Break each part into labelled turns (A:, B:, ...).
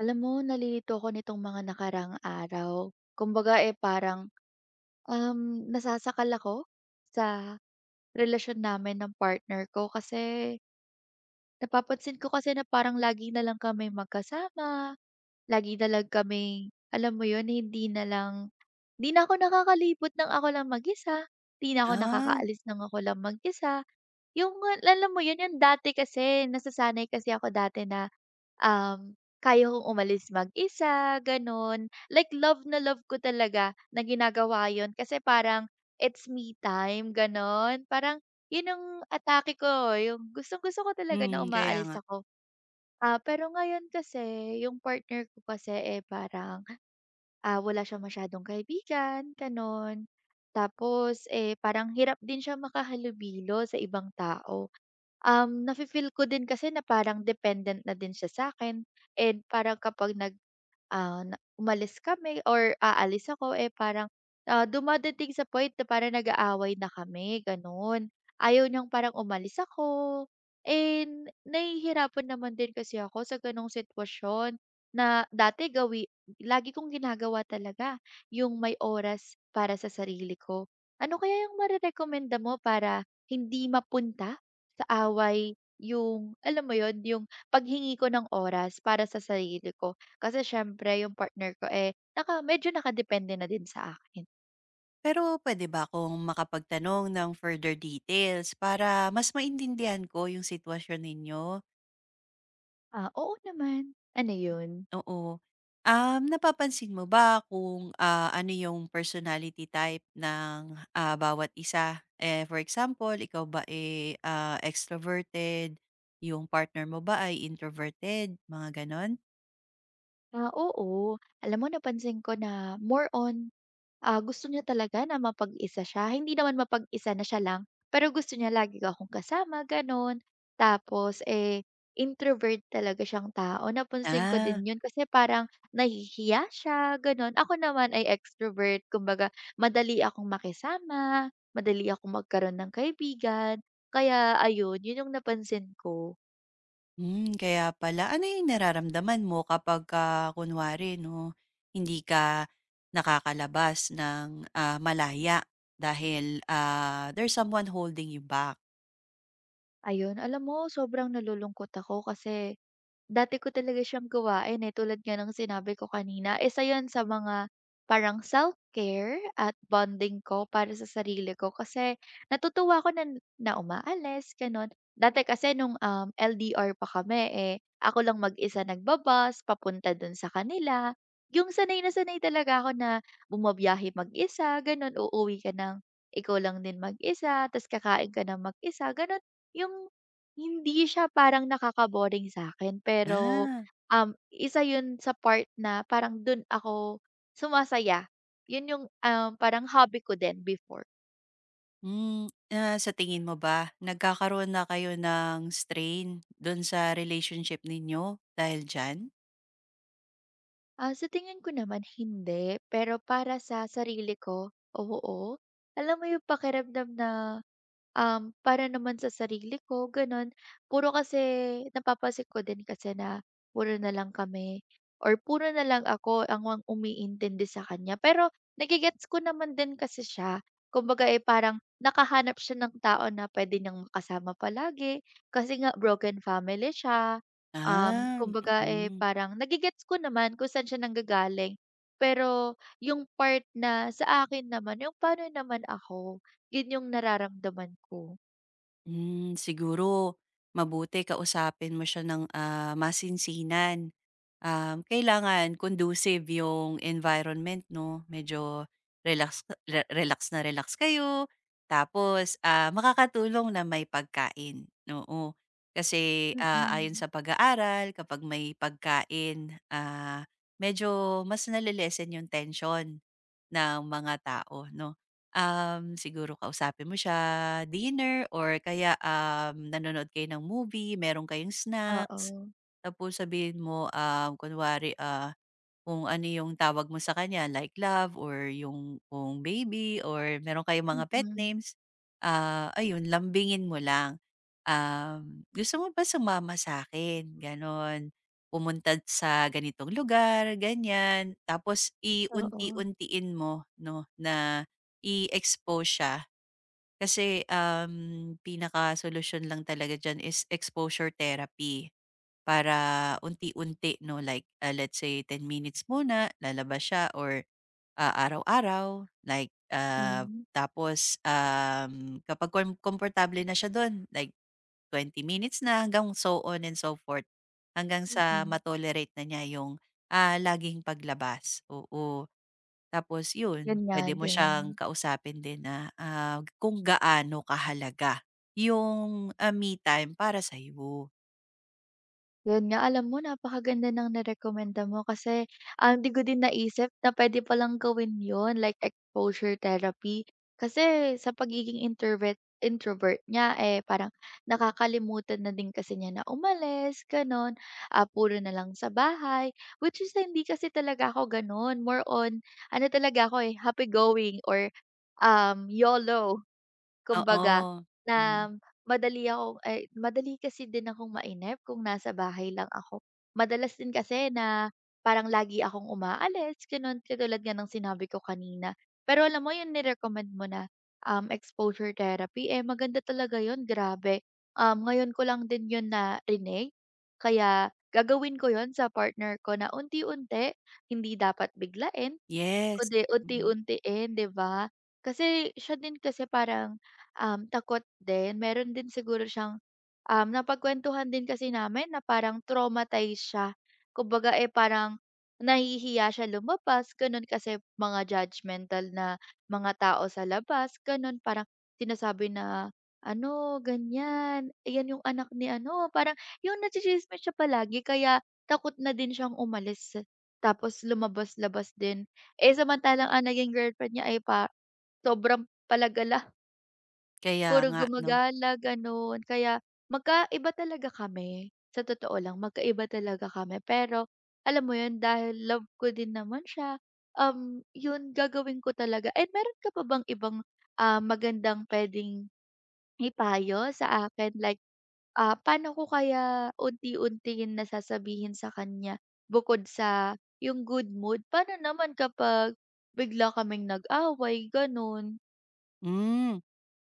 A: Alam mo nalilito ako nitong mga nakarang araw. Kumbaga, eh, parang, nasasakal ako sa relasyon namin ng partner ko kasi napapansin ko kasi na parang lagi na lang kami magkasama, lagi na lang kami alam mo yun, hindi na lang 'di na ako nakakalibot ng ako lang mag-isa, 'di na ako
B: Ah,
A: nakakaalis ng ako lang mag-isa. Yung alam mo yun, yung dati kasi nasasanay kasi ako dati na kaya kong umalis mag-isa, gano'n. Like love na love ko talaga na ginagawa 'yun kasi parang it's me time, gano'n. Parang 'yun ang atake ko, yung gustong-gusto ko talaga na
B: kaya
A: umaalis
B: nga.
A: ako. Ah, pero ngayon kasi yung partner ko kasi, eh, parang, ah, wala siyang masyadong kaibigan, gano'n. Tapos, eh, parang hirap din siya makahalubilo sa ibang tao. Nafi-feel ko din kasi na parang dependent na din siya sa'kin and parang kapag nag Ah, na umalis kami or aalis ako, eh, parang, ah, dumadating sa point na parang nag-aaway na kami, gano'n. Ayaw niyang parang umalis ako, and nahihirapan naman din kasi ako sa gano'ng sitwasyon na dati gawi lagi kong ginagawa talaga yung may oras para sa sarili ko. Ano kaya yung marerekomenda mo para hindi mapunta sa away yung alam mo yon yung paghingi ko ng oras para sa sarili ko? Kasi siyempre yung partner ko, eh, medyo nakadepende na din sa akin.
B: Pero puwede ba akong makapagtanong ng further details para mas maintindihan ko yung sitwasyon ninyo?
A: Ah, oo naman. Ano yun,
B: Oo. Napapansin mo ba kung ano yung personality type ng bawat isa? For example, ikaw ba, extroverted, yung partner mo ba ay introverted, mga gano'n?
A: ah, oo. Alam mo napansin ko na more on Ah, gusto niya talaga na mapag-isa siya. Hindi naman mapag-isa na siya lang, pero gusto niya lagi akong kasama, gano'n. Tapos, eh, introvert talaga siyang tao. Napansin ko din
B: Ah.
A: 'yun kasi parang nahihiya siya, gano'n. Ako naman ay extrovert, kumbaga madali akong makisama, madali akong magkaroon ng kaibigan. Kaya ayun, 'yun yung napansin ko.
B: Hmm, kaya pala. Ano yung nararamdaman mo kapagka kunwari 'no, hindi ka nakakalabas ng malaya dahil there's someone holding you back?
A: Ayun, alam mo sobrang nalulungkot ako kasi dati ko talaga siyang gawain, eh, tulad nga ng sinabi ko kanina. Eh, isa 'yun sa mga parang self-care at bonding ko para sa sarili ko kasi natutuwa ko na na umaalis, gano'n. Dati kasi nung, LDR pa kami, eh, ako lang mag-isa papunta do'n sa kanila. Yung sanay na sanay talaga ako na bumabiyahe mag-isa, gano'n. Uuwi ka ng ikaw lang din mag-isa, ta's kakain ka ng mag-isa, gano'n. Yung hindi siya parang nakaka-boring sa'kin pero,
B: Ah,
A: isa 'yun sa part na parang dun ako sumasaya. 'Yun yung, parang hobby ko din before.
B: hmm. Ah, sa tingin mo ba nagkakaroon na kayo ng strain do'n sa relationship ninyo dahil diyan?
A: Ah, sa tingin ko naman hindi, pero para sa sarili ko, oo. Alam mo yung pakiramdam na para naman sa sarili ko gano'n. Puro kasi Napapansin ko din kasi na puro na lang kami or puro na lang ako ang umiintindi sa kanya. Pero nagigets ko naman din kasi siya. Kumbaga, eh, parang nakahanap siya ng tao na puwede niyang makasama palagi kasi nga broken family siya.
B: Ah,
A: Kumbaga, eh,
B: mm.
A: parang nagigets ko naman kung saan siya nanggagaling. Pero yung part na sa akin naman, yung paano naman ako? Yun yung nararamdaman ko.
B: Hmm, siguro mabuti kausapin mo siya ng masinsinan. Kailangan conducive yung environment 'no, medyo relax na relax kayo tapos, ah, makakatulong na may pagkain, oo. Kasi ayon
A: Mm.
B: sa pag-aaral kapag may pagkain, ah, medyo mas nale yung tension ng mga tao 'no. Siguro kausapin mo siya, dinner or kaya, um, nanonood kayo ng movie, meron kayong snacks,
A: Oo.
B: tapos sabihin mo, ah, kunwari, kung ano yung tawag mo sa kanya like love or yung kung baby or meron kayong mga pet
A: Mm.
B: names, ah, ayun lambingin mo lang. Um, "Gusto mo ba sumama sa akin Gano'n. "Pumunta sa ganitong lugar," ganyan. Tapos
A: Oo.
B: iunti-untiin mo 'no, na i-expose siya. Kasi, um, pinaka pinakasolusyon lang talaga diyan is exposure therapy. Para unti-unti 'no, like let's say 10 minutes muna, lalabas siya or araw-araw
A: Mm.
B: tapos, um, kapag komportable na siya dun, like 20 minutes na hanggang so on and so forth. Hanggang sa
A: Mm.
B: tolerate na niya yung, ah, laging paglabas, oo. Tapos yun, pwede
A: Ganyan
B: mo siyang
A: din.
B: kausapin din na, ah, kung gaano kahalaga yung, ah, me time para sa'yo.
A: Yun nga, alam mo napakaganda ng nirekomenda mo kasi, ah, hindi ko din naisip na pwede palang gawin yon like exposure therapy. Kasi sa pagiging introvert introvert niya, eh, parang nakakalimutan na din kasi niya na umalis gano'n, ah, puro na lang sa bahay. Which is hindi kasi talaga ako gano'n, more on ano talaga ako, eh, happy going or, YOLO.
B: Oo,
A: Kumbaga,
B: hmm.
A: na madali kasi din akong mainip kung nasa bahay lang ako. Madalas din kasi na parang lagi akong umaalis, gano'n, katulad nga ng sinabi ko kanina. Pero alam mo yun nirecommend mo na, exposure therapy, eh, maganda talaga 'yun, grabe. Ngayon ko lang din 'yun na narinig, kaya gagawin ko yon sa partner ko na unti-unti, hindi dapat biglain.
B: Yes,
A: Kundi
B: mm.
A: unti-untiin, 'di ba? Kasi siya din kasi parang, takot din. Meron din siguro siyang, napagkuwentuhan din kasi namin na parang traumatized siya. Kumbaga, eh, parang nahihiya siya lumabas, gano'n. Kasi mga judgmental na mga tao sa labas, gano'n. Parang sinasabi na ano, ganyan, "Ayan yung anak ni ano." Parang yun, natsitsismis siya palagi kaya takot na din siyang umalis. Tapos lumabas-labas din. Eh, samantalang ang naging girlfriend niya ay sobrang palagala,
B: Kaya
A: puro
B: nga 'no.
A: gumagala, gano'n. Kaya magkaiba talaga kami, sa totoo lang magkaiba talaga kami. Pero alam mo 'yun, dahil love ko din naman siya, 'yun gagawin ko talaga. And meron ka pa bang ibang, ah, magandang puwedeng ipayo sa akin like ah, paano ko kaya unti-untiin na sasabihin sa kanya bukod sa yung good mood, paano naman kapag bigla kaming nag-away gano'n?
B: Hmm,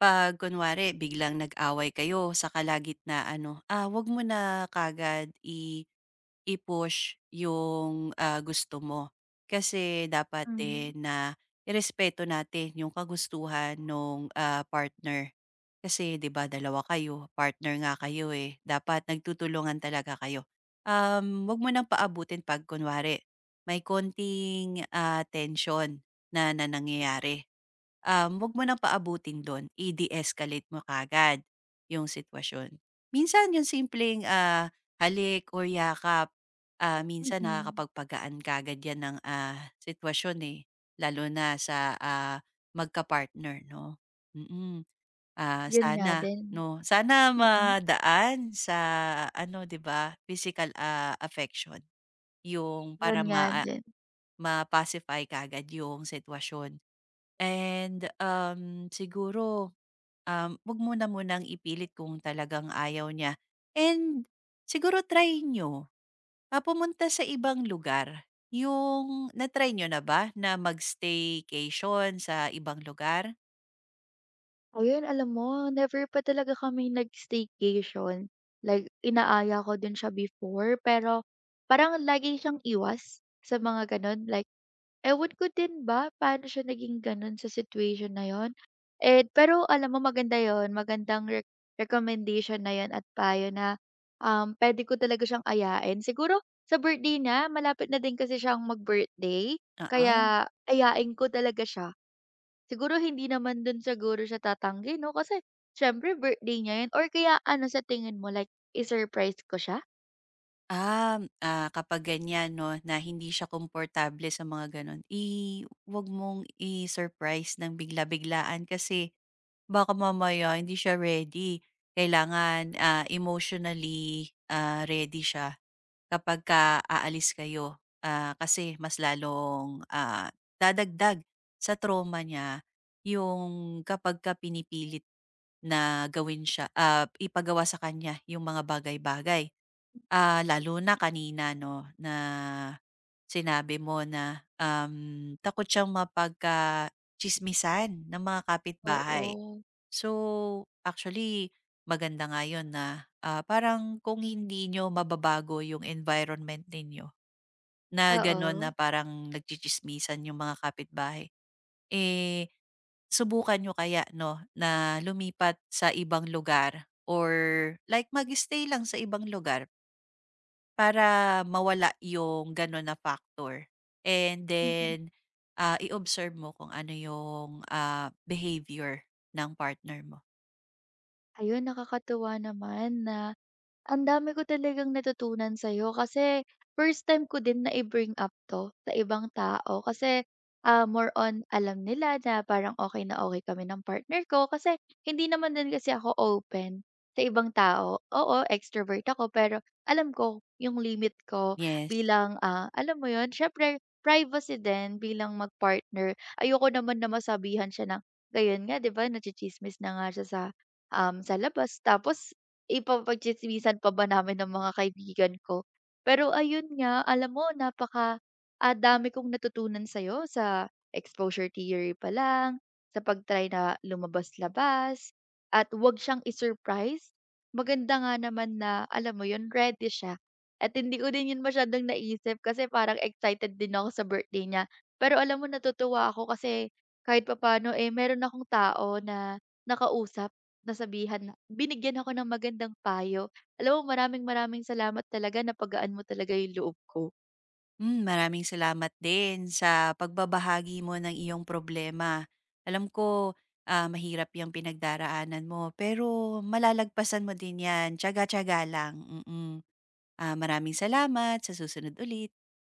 B: 'pag kunwari biglang nag-away kayo sa kalagitnaan ano? Ah, 'wag mo na kagad I-push yung, ah, gusto mo. Kasi dapat
A: Hmm,
B: din na irespeto natin yung kagustuhan ng partner. Kasi 'di ba dalawa kayo, partner nga kayo, eh, dapat nagtutulungan talaga kayo. Huwag mo nang paabutin 'pag kunwari may konting, ah, tensyon na na nangyayari um, wag mo nang paabutin dun, i-de-escalate mo kagad yung sitwasyon. Minsan yung simpleng, ah, halik or yakap, ah, minsan
A: mm.
B: nakakapagpagaan kagad yan ng, ah, sitwasyon, eh, lalo na sa, ah, magka-partner 'no, mm. Ah,
A: 'Yun nga
B: sana
A: din,
B: 'no, sana
A: mm.
B: madaan sa ano 'di ba, physical, ah, affection yung
A: 'Yun
B: para
A: nga
B: ma
A: din.
B: ma-pacify kagad yung sitwasyon. And siguro, wag mo na munang ipilit kung talagang ayaw niya. And siguro try nyo ah, pumunta sa ibang lugar. Yung na-try niyo na ba na mag-staycation sa ibang lugar?
A: Ayun alam mo never pa talaga kami nag-staycation, like inaaya ko din siya before pero parang lagi siyang iwas sa mga gano'n like ewan ko din ba paano siya naging gano'n sa situation na 'yun, eh, pero alam mo maganda 'yun, magandang recommendation na 'yun at payo na, puwede ko talaga siyang ayain. Siguro sa birthday na malapit na din kasi siyang mag-birthday,
B: Oo.
A: kaya ayain ko talaga siya. Siguro hindi naman do'n siguro siya tatanggi 'no, kasi siyempre birthday niya 'yun or kaya ano sa tingin mo, like i-surprise ko siya?
B: Ah, ah, kapag ganyan 'no, na hindi siya komportable sa mga gano'n, i wag mong i-surprise ng bigla-biglaan kasi baka mamaya hindi siya ready. Kailangan, ah, emotionally, ah, ready siya kapagka aalis kayo. Ah, kasi mas lalong, ah, dadagdag sa trauma niya yung kapag ka pinipilit na gawin siya, ah, ipagawa sa kanya yung mga bagay-bagay. Ah, lalo na kanina 'no, na sinabi mo na, um, takot siyang mapagkatsismisan ng mga kapitbahay.
A: Oo,
B: So, actually maganda nga 'yun na, ah, parang kung hindi niyo mababago yung environment ninyo na gano'n
A: oo.
B: na parang nagtsitsismisan yung mga kapitbahay, eh, subukan niyo kaya 'no, na lumipat sa ibang lugar or like mag-stay lang sa ibang lugar para mawala yung gano'n na factor. And
A: Mm,
B: then, ah, i-observe mo kung ano yung, ah, behavior ng partner mo.
A: ayun nakakatuwa naman na ang dami ko talagang natutunan sa'yo kasi first time ko din na i-bring up 'to sa ibang tao kasi, ah, more on alam nila na parang okay na okay kami ng partner ko kasi hindi naman din kasi ako open sa ibang tao. Oo, extrovert ako pero alam ko yung limit ko
B: Yes.
A: bilang, ah, alam mo yun, siyempre privacy din bilang mag-partner. Ayoko naman na masabihan siya ng, gayon nga 'di ba, natsitsismis na nga siya sa, sa labas tapos ipapagtsismisan pa ba namin ng mga kaibigan ko. Pero ayun nga, alam mo napaka, ah, dami kong natutunan sa'yo sa exposure theory pa lang, sa pag-try na lumabas-labas at 'wag siyang isurprise. Maganda nga naman na alam mo 'yun, ready siya at hindi ko din 'yun masyadong naisip kasi parang excited din ako sa birthday niya. Pero alam mo natutuwa ako kasi kahit papaano, eh, meron akong tao na nakausap. Binigyan ako ng magandang payo. Alam mo maraming maraming salamat talaga napagaan mo talaga yung loob ko.
B: Hmm, maraming salamat din sa pagbabahagi mo ng iyong problema. Alam ko, ah, mahirap yung pinagdaraanan mo, pero malalagpasan mo din 'yan, tiyaga-tiyaga lang, mm. Mm. Ah, maraming salamat, sa susunod ulit.